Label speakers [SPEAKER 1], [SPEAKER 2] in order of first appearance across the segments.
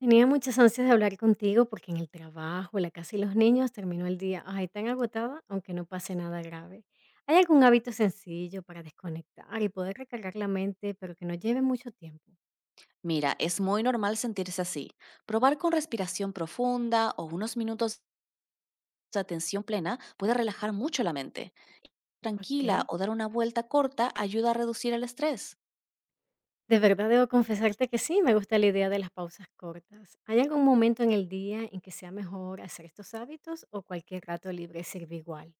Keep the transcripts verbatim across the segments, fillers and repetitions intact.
[SPEAKER 1] Tenía muchas ansias de hablar contigo porque en el trabajo, la casa y los niños terminó el día, ay, tan agotada, aunque no pase nada grave. ¿Hay algún hábito sencillo para desconectar y poder recargar la mente, pero que no lleve mucho tiempo?
[SPEAKER 2] Mira, es muy normal sentirse así. Probar con respiración profunda o unos minutos de atención plena puede relajar mucho la mente. Tranquila
[SPEAKER 1] Ok.
[SPEAKER 2] o dar una vuelta corta ayuda a reducir el estrés.
[SPEAKER 1] De verdad debo confesarte que sí, me gusta la idea de las pausas cortas. ¿Hay algún momento en el día en que sea mejor hacer estos hábitos o cualquier rato libre sirve igual?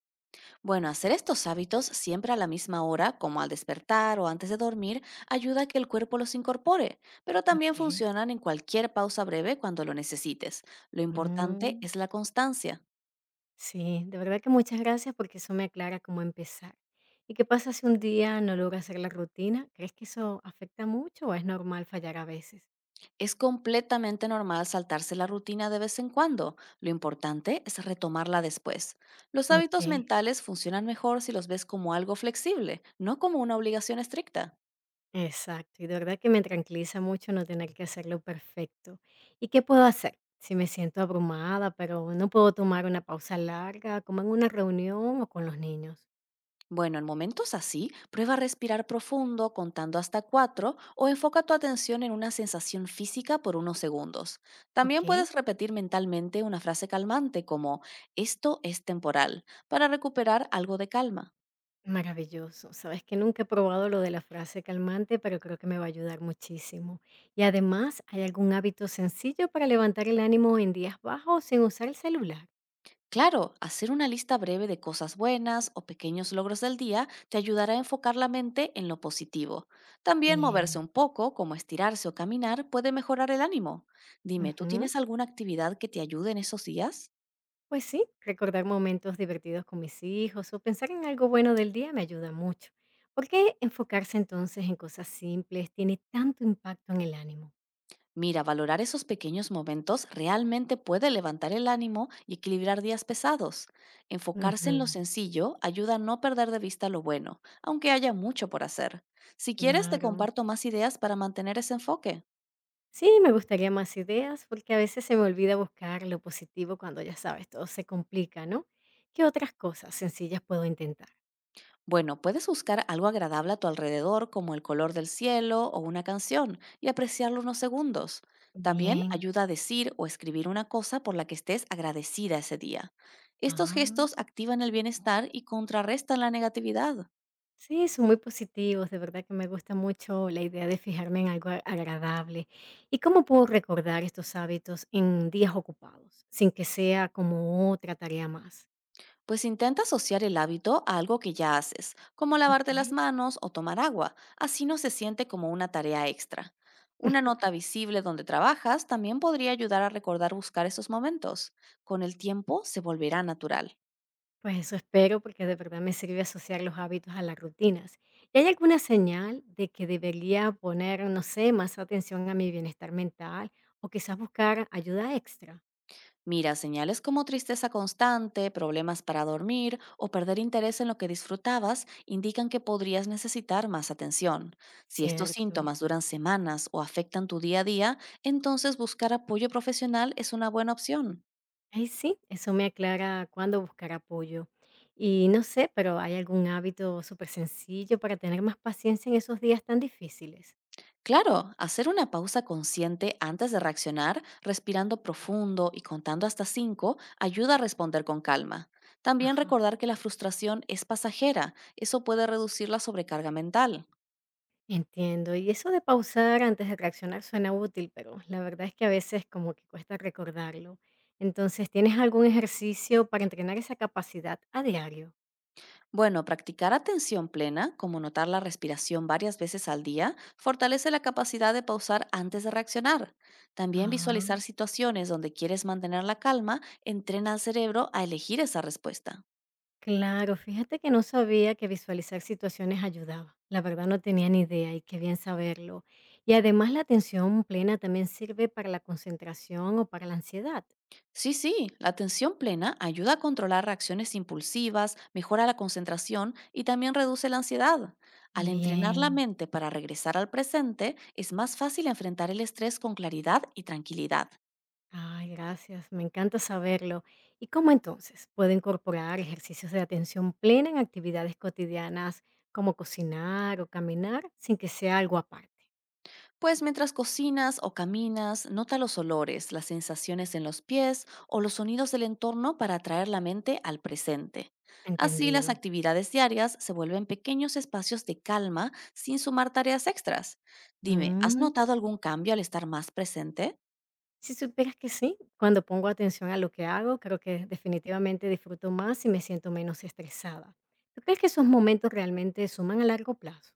[SPEAKER 2] Bueno, hacer estos hábitos siempre a la misma hora, como al despertar o antes de dormir, ayuda a que el cuerpo los incorpore, pero también
[SPEAKER 1] Ok.
[SPEAKER 2] funcionan en cualquier pausa breve cuando lo necesites. Lo importante
[SPEAKER 1] Mm.
[SPEAKER 2] es la constancia.
[SPEAKER 1] Sí, de verdad que muchas gracias porque eso me aclara cómo empezar. ¿Y qué pasa si un día no logro hacer la rutina? ¿Crees que eso afecta mucho o es normal fallar a veces?
[SPEAKER 2] Es completamente normal saltarse la rutina de vez en cuando. Lo importante es retomarla después. Los
[SPEAKER 1] Ok,
[SPEAKER 2] hábitos mentales funcionan mejor si los ves como algo flexible, no como una obligación estricta.
[SPEAKER 1] exacto. Y de verdad que me tranquiliza mucho no tener que hacerlo perfecto. ¿Y qué puedo hacer si me siento abrumada, pero no puedo tomar una pausa larga, como en una reunión o con los niños?
[SPEAKER 2] Bueno, en momentos así, prueba a respirar profundo contando hasta cuatro o enfoca tu atención en una sensación física por unos segundos.
[SPEAKER 1] Ok.
[SPEAKER 2] También puedes repetir mentalmente una frase calmante como esto es temporal para recuperar algo de calma.
[SPEAKER 1] Maravilloso. Sabes que nunca he probado lo de la frase calmante, pero creo que me va a ayudar muchísimo. Y además, ¿hay algún hábito sencillo para levantar el ánimo en días bajos sin usar el celular?
[SPEAKER 2] Claro, hacer una lista breve de cosas buenas o pequeños logros del día te ayudará a enfocar la mente en lo positivo. También moverse
[SPEAKER 1] Bien.
[SPEAKER 2] un poco, como estirarse o caminar, puede mejorar el ánimo. Dime, ¿tú
[SPEAKER 1] Ujú.
[SPEAKER 2] tienes alguna actividad que te ayude en esos días?
[SPEAKER 1] Pues sí, recordar momentos divertidos con mis hijos o pensar en algo bueno del día me ayuda mucho. ¿Por qué enfocarse entonces en cosas simples tiene tanto impacto en el ánimo?
[SPEAKER 2] Mira, valorar esos pequeños momentos realmente puede levantar el ánimo y equilibrar días pesados. Enfocarse
[SPEAKER 1] Ujú.
[SPEAKER 2] en lo sencillo ayuda a no perder de vista lo bueno, aunque haya mucho por hacer. Si quieres, te
[SPEAKER 1] Claro.
[SPEAKER 2] comparto más ideas para mantener ese enfoque.
[SPEAKER 1] Sí, me gustaría más ideas, porque a veces se me olvida buscar lo positivo cuando ya sabes, todo se complica, ¿no? ¿Qué otras cosas sencillas puedo intentar?
[SPEAKER 2] Bueno, puedes buscar algo agradable a tu alrededor, como el color del cielo o una canción, y apreciarlo unos segundos. También
[SPEAKER 1] Bien.
[SPEAKER 2] ayuda a decir o escribir una cosa por la que estés agradecida ese día. Estos
[SPEAKER 1] Ah,
[SPEAKER 2] gestos activan el bienestar y contrarrestan la negatividad.
[SPEAKER 1] sí, son muy positivos, de verdad que me gusta mucho la idea de fijarme en algo a- agradable. ¿Y cómo puedo recordar estos hábitos en días ocupados, sin que sea como otra tarea más?
[SPEAKER 2] Pues intenta asociar el hábito a algo que ya haces, como
[SPEAKER 1] Ok.
[SPEAKER 2] lavarte las manos o tomar agua, así no se siente como una tarea extra. Una nota visible donde trabajas también podría ayudar a recordar buscar esos momentos. Con el tiempo se volverá natural.
[SPEAKER 1] Pues eso espero porque de verdad me sirve asociar los hábitos a las rutinas. ¿Y hay alguna señal de que debería poner, no sé, más atención a mi bienestar mental o quizás buscar ayuda extra?
[SPEAKER 2] Mira, señales como tristeza constante, problemas para dormir o perder interés en lo que disfrutabas indican que podrías necesitar más atención. Si estos
[SPEAKER 1] Cierto.
[SPEAKER 2] síntomas duran semanas o afectan tu día a día, entonces buscar apoyo profesional es una buena opción.
[SPEAKER 1] Ahí sí, eso me aclara cuándo buscar apoyo. Y no sé, pero ¿hay algún hábito súper sencillo para tener más paciencia en esos días tan difíciles?
[SPEAKER 2] Claro, hacer una pausa consciente antes de reaccionar, respirando profundo y contando hasta cinco, ayuda a responder con calma. También
[SPEAKER 1] Ajá.
[SPEAKER 2] recordar que la frustración es pasajera, eso puede reducir la sobrecarga mental.
[SPEAKER 1] Entiendo. Y eso de pausar antes de reaccionar suena útil, pero la verdad es que a veces como que cuesta recordarlo. Entonces, ¿tienes algún ejercicio para entrenar esa capacidad a diario?
[SPEAKER 2] Bueno, practicar atención plena, como notar la respiración varias veces al día, fortalece la capacidad de pausar antes de reaccionar. También
[SPEAKER 1] Ah,
[SPEAKER 2] visualizar situaciones donde quieres mantener la calma entrena al cerebro a elegir esa respuesta.
[SPEAKER 1] claro. Fíjate que no sabía que visualizar situaciones ayudaba. La verdad no tenía ni idea y qué bien saberlo. Y además la atención plena también sirve para la concentración o para la ansiedad.
[SPEAKER 2] Sí, sí, la atención plena ayuda a controlar reacciones impulsivas, mejora la concentración y también reduce la ansiedad. Al entrenar la
[SPEAKER 1] Bien.
[SPEAKER 2] mente para regresar al presente, es más fácil enfrentar el estrés con claridad y tranquilidad.
[SPEAKER 1] Ay, gracias, me encanta saberlo. ¿Y cómo entonces puedo incorporar ejercicios de atención plena en actividades cotidianas como cocinar o caminar sin que sea algo aparte?
[SPEAKER 2] Pues mientras cocinas o caminas, nota los olores, las sensaciones en los pies o los sonidos del entorno para atraer la mente al presente. Así las
[SPEAKER 1] Entendido.
[SPEAKER 2] actividades diarias se vuelven pequeños espacios de calma sin sumar tareas extras. Dime, ¿has
[SPEAKER 1] Mm,
[SPEAKER 2] notado algún cambio al estar más presente?
[SPEAKER 1] si supieras que sí, cuando pongo atención a lo que hago, creo que definitivamente disfruto más y me siento menos estresada. ¿Tú crees que esos momentos realmente suman a largo plazo?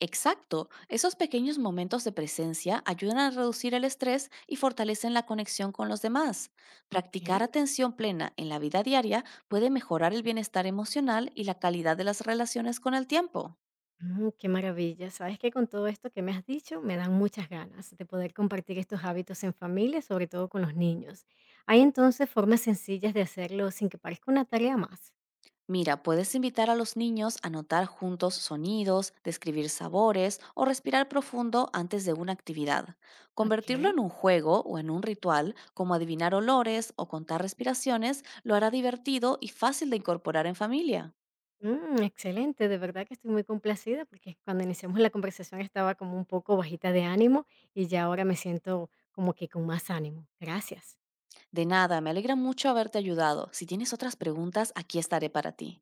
[SPEAKER 2] Exacto, esos pequeños momentos de presencia ayudan a reducir el estrés y fortalecen la conexión con los demás.
[SPEAKER 1] Ok.
[SPEAKER 2] Practicar atención plena en la vida diaria puede mejorar el bienestar emocional y la calidad de las relaciones con el tiempo.
[SPEAKER 1] Mm, qué maravilla. Sabes que con todo esto que me has dicho, me dan muchas ganas de poder compartir estos hábitos en familia, sobre todo con los niños. Hay entonces formas sencillas de hacerlo sin que parezca una tarea más.
[SPEAKER 2] Mira, puedes invitar a los niños a notar juntos sonidos, describir sabores o respirar profundo antes de una actividad. Convertirlo
[SPEAKER 1] Ok.
[SPEAKER 2] en un juego o en un ritual, como adivinar olores o contar respiraciones, lo hará divertido y fácil de incorporar en familia.
[SPEAKER 1] Mm, excelente, de verdad que estoy muy complacida porque cuando iniciamos la conversación estaba como un poco bajita de ánimo y ya ahora me siento como que con más ánimo. Gracias.
[SPEAKER 2] De nada, me alegra mucho haberte ayudado. Si tienes otras preguntas, aquí estaré para ti.